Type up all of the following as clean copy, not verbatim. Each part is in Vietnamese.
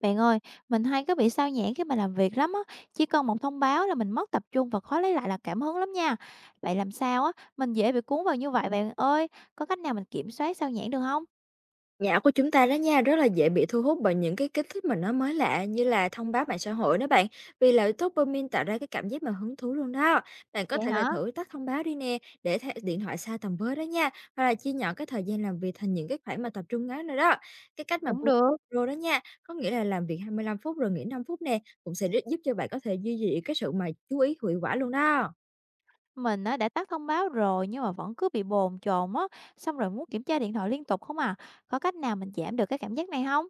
Bạn ơi, mình hay cứ bị sao nhãng khi mà làm việc lắm á, chỉ cần một thông báo là mình mất tập trung và khó lấy lại là cảm hứng lắm nha. Vậy làm sao á, mình dễ bị cuốn vào như vậy bạn ơi, có cách nào mình kiểm soát sao nhãng được không? Nhạc của chúng ta đó nha, rất là dễ bị thu hút bởi những cái kích thích mà nó mới lạ như là thông báo mạng xã hội đó bạn. Vì là dopamine tạo ra cái cảm giác mà hứng thú luôn đó. Bạn có Vậy thể là hả? thử tắt thông báo đi nè, để điện thoại xa tầm với đó nha. Hoặc là chia nhỏ cái thời gian làm việc thành những cái khoảng mà tập trung ngắn nữa đó. Cái cách mà Cũng được. Pomodoro đó nha, có nghĩa là làm việc 25 phút rồi nghỉ 5 phút nè, cũng sẽ giúp cho bạn có thể duy trì cái sự mà chú ý hiệu quả luôn đó. Mình á, đã tắt thông báo rồi nhưng mà vẫn cứ bị bồn chồn á, xong rồi muốn kiểm tra điện thoại liên tục không à. Có cách nào mình giảm được cái cảm giác này không?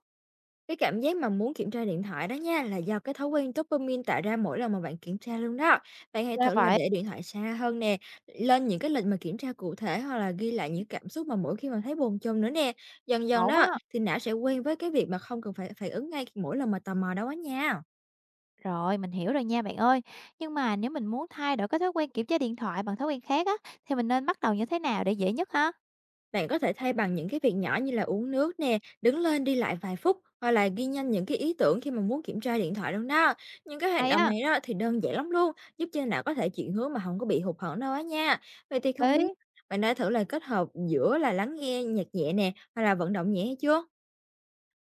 Cái cảm giác mà muốn kiểm tra điện thoại đó nha là do cái thói quen dopamine tạo ra mỗi lần mà bạn kiểm tra luôn đó. Bạn hãy Ra thử là vậy. để điện thoại xa hơn nè, lên những cái lịch mà kiểm tra cụ thể hoặc là ghi lại những cảm xúc mà mỗi khi mà thấy buồn chồn nữa nè. Dần dần Ổn đó á. thì não sẽ quen với cái việc mà không cần phải phản ứng ngay mỗi lần mà tò mò đâu á nha. Rồi, mình hiểu rồi nha bạn ơi. Nhưng mà nếu mình muốn thay đổi cái thói quen kiểm tra điện thoại bằng thói quen khác á, thì mình nên bắt đầu như thế nào để dễ nhất ha? Bạn có thể thay bằng những cái việc nhỏ như là uống nước nè, đứng lên đi lại vài phút hoặc là ghi nhanh những cái ý tưởng khi mà muốn kiểm tra điện thoại luôn đó. Những cái hành Hay động á. này đó thì đơn giản lắm luôn, giúp cho não có thể chuyển hướng mà không có bị hụt hẫng đâu á nha. Vậy thì không biết Ý, bạn đã thử là kết hợp giữa là lắng nghe nhạc nhẹ nè hoặc là vận động nhẹ hay chưa?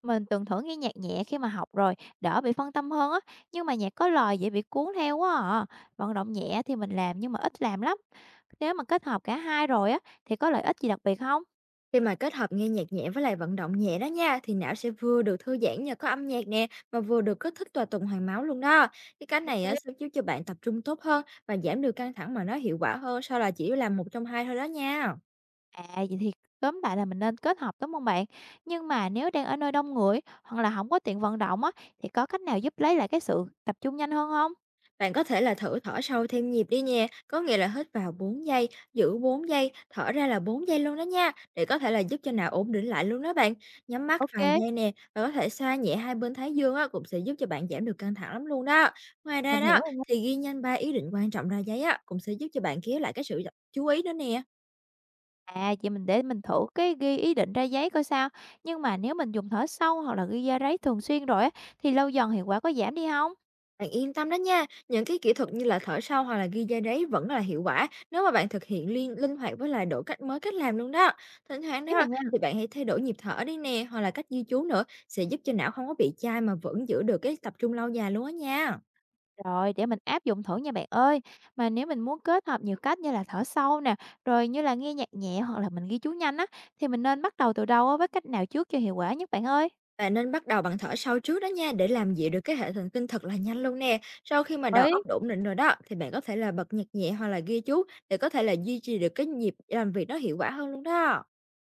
mình từng thử nghe nhạc nhẹ khi mà học rồi, đỡ bị phân tâm hơn á, nhưng mà nhạc có lời dễ bị cuốn theo quá à. Vận động nhẹ thì mình làm nhưng mà ít làm lắm. Nếu mà kết hợp cả hai rồi á thì có lợi ích gì đặc biệt không? Khi mà kết hợp nghe nhạc nhẹ với lại vận động nhẹ đó nha thì não sẽ vừa được thư giãn nhờ có âm nhạc nè, mà vừa được kích thích tòa tuần hoàn máu luôn đó. Cái Ô. này á, sẽ giúp cho bạn tập trung tốt hơn và giảm được căng thẳng mà nó hiệu quả hơn so là chỉ làm một trong hai thôi đó nha. À, vậy thì tóm lại là mình nên kết hợp, đúng không bạn? Nhưng mà nếu đang ở nơi đông người hoặc là không có tiện vận động á, thì có cách nào giúp lấy lại cái sự tập trung nhanh hơn không? Bạn có thể là thử thở sâu thêm nhịp đi nha, có nghĩa là hít vào 4 giây, giữ 4 giây, thở ra là 4 giây luôn đó nha, để có thể là giúp cho não ổn định lại luôn đó bạn. Nhắm mắt Ok, vài giây nè, và có thể xoa nhẹ hai bên thái dương á, cũng sẽ giúp cho bạn giảm được căng thẳng lắm luôn đó. Ngoài ra mình đó, hiểu rồi nha. thì ghi nhanh ba ý định quan trọng ra giấy á, cũng sẽ giúp cho bạn kéo lại cái sự chú ý đó nè. À, vậy mình để mình thử cái ghi ý định ra giấy coi sao. Nhưng mà nếu mình dùng thở sâu hoặc là ghi ra giấy thường xuyên rồi á, thì lâu dần hiệu quả có giảm đi không? Bạn yên tâm đó nha, những cái kỹ thuật như là thở sâu hoặc là ghi ra giấy vẫn là hiệu quả nếu mà bạn thực hiện linh hoạt với lại đổi cách mới cách làm luôn đó. Thỉnh thoảng Biết rồi đó nha. thì bạn hãy thay đổi nhịp thở đi nè, hoặc là cách ghi chú nữa sẽ giúp cho não không có bị chai mà vẫn giữ được cái tập trung lâu dài luôn á nha. Rồi, để mình áp dụng thử nha bạn ơi. Mà nếu mình muốn kết hợp nhiều cách như là thở sâu nè, rồi như là nghe nhạc nhẹ hoặc là mình ghi chú nhanh á, thì mình nên bắt đầu từ đâu á, với cách nào trước cho hiệu quả nhất bạn ơi? Bạn nên bắt đầu bằng thở sâu trước đó nha, để làm dịu được cái hệ thần kinh thật là nhanh luôn nè. Sau khi mà đầu Ấy, óc đã ổn định rồi đó thì bạn có thể là bật nhạc nhẹ hoặc là ghi chú để có thể là duy trì được cái nhịp làm việc đó hiệu quả hơn luôn đó.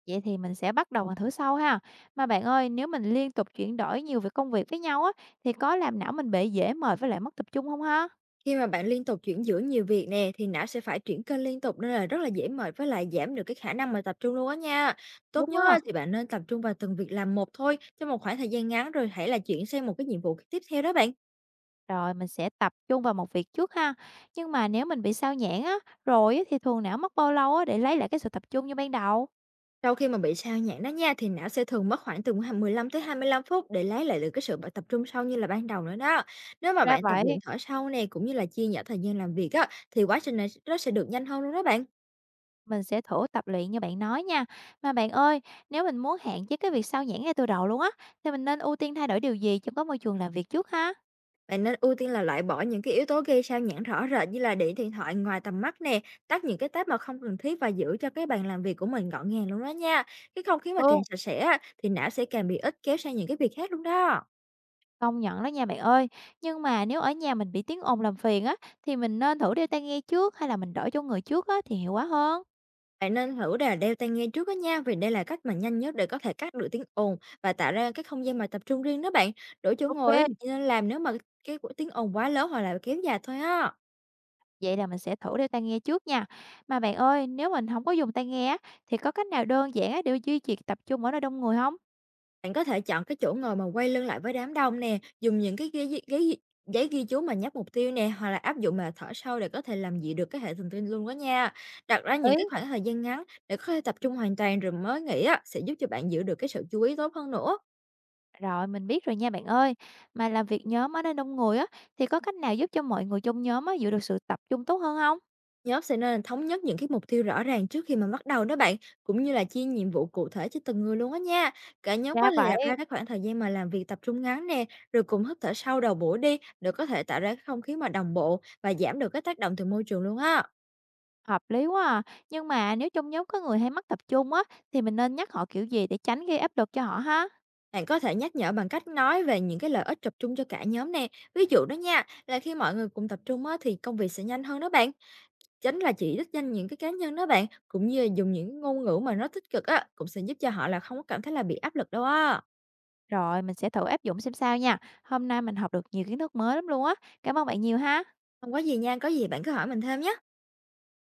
vậy thì mình sẽ bắt đầu bằng thử sâu ha. Mà bạn ơi, nếu mình liên tục chuyển đổi nhiều việc công việc với nhau á, thì có làm não mình bị dễ mệt với lại mất tập trung không ha? Khi mà bạn liên tục chuyển giữa nhiều việc nè thì não sẽ phải chuyển kênh liên tục, nên là rất là dễ mệt với lại giảm được cái khả năng mà tập trung luôn á nha. Tốt Đúng nhất á, á. thì bạn nên tập trung vào từng việc làm một thôi trong một khoảng thời gian ngắn, rồi hãy là chuyển sang một cái nhiệm vụ tiếp theo đó bạn. Rồi mình sẽ tập trung vào một việc trước ha. Nhưng mà nếu mình bị sao nhãng á, rồi á thì thường não mất bao lâu á để lấy lại cái sự tập trung như ban đầu? Sau khi mà bị sao nhãng đó nha thì não sẽ thường mất khoảng từ 15 tới 25 phút để lấy lại được cái sự tập trung sâu như là ban đầu nữa đó. Nếu mà Ra bạn tập luyện vậy, thở sâu nè, cũng như là chia nhỏ thời gian làm việc á, thì quá trình này nó sẽ được nhanh hơn luôn đó bạn. mình sẽ thử tập luyện như bạn nói nha. Mà bạn ơi, nếu mình muốn hạn chế cái việc sao nhãng ngay từ đầu luôn á, thì mình nên ưu tiên thay đổi điều gì trong cái môi trường làm việc trước ha? Bạn nên ưu tiên là loại bỏ những cái yếu tố gây sao nhãng rõ rệt như là để điện thoại ngoài tầm mắt nè, tắt những cái tab mà không cần thiết và giữ cho cái bàn làm việc của mình gọn gàng luôn đó nha. Cái không khí mà Ừ, càng sạch sẽ á, thì não sẽ càng bị ít kéo sang những cái việc khác luôn đó. công nhận đó nha bạn ơi. Nhưng mà nếu ở nhà mình bị tiếng ồn làm phiền á, thì mình nên thử đeo tai nghe trước hay là mình đổi cho người trước á thì hiệu quả hơn? Bạn nên thử là đeo tai nghe trước đó nha, vì đây là cách mà nhanh nhất để có thể cắt được tiếng ồn và tạo ra cái không gian mà tập trung riêng đó bạn. Đổi chỗ ngồi á, Ok, chỉ nên làm nếu mà cái tiếng ồn quá lớn hoặc là kéo dài thôi á. vậy là mình sẽ thử đeo tai nghe trước nha. Mà bạn ơi, nếu mình không có dùng tai nghe á, thì có cách nào đơn giản á để duy trì tập trung ở nơi đông người không? Bạn có thể chọn cái chỗ ngồi mà quay lưng lại với đám đông nè, dùng những cái giấy ghi chú mà nhắc mục tiêu nè, hoặc là áp dụng mà thở sâu để có thể làm dịu được cái hệ thần kinh luôn đó nha. Đặt ra những Ấy. cái khoảng thời gian ngắn để có thể tập trung hoàn toàn rồi mới nghỉ á, sẽ giúp cho bạn giữ được cái sự chú ý tốt hơn nữa. Rồi, mình biết rồi nha bạn ơi. Mà làm việc nhóm ở nơi đông người á, thì có cách nào giúp cho mọi người trong nhóm á giữ được sự tập trung tốt hơn không? Nhóm sẽ nên là thống nhất những cái mục tiêu rõ ràng trước khi mà bắt đầu đó bạn, cũng như là chia nhiệm vụ cụ thể cho từng người luôn á nha. Cả nhóm có Ra thể đặt vậy. ra các khoảng thời gian mà làm việc tập trung ngắn nè, rồi cùng hít thở sâu đầu buổi đi, để có thể tạo ra cái không khí mà đồng bộ và giảm được cái tác động từ môi trường luôn á. Hợp lý quá à. Nhưng mà nếu trong nhóm có người hay mất tập trung á, thì mình nên nhắc họ kiểu gì để tránh gây áp lực cho họ ha? Bạn có thể nhắc nhở bằng cách nói về những cái lợi ích tập trung cho cả nhóm nè. Ví dụ đó nha, là khi mọi người cùng tập trung á, thì công việc sẽ nhanh hơn đó bạn. Chính là chỉ đích danh những cái cá nhân đó bạn, cũng như là dùng những ngôn ngữ mà nó tích cực á, cũng sẽ giúp cho họ là không có cảm thấy là bị áp lực đâu á. Rồi, mình sẽ thử áp dụng xem sao nha. Hôm nay mình học được nhiều kiến thức mới lắm luôn á. Cảm ơn bạn nhiều ha. Không có gì nha, có gì bạn cứ hỏi mình thêm nhé.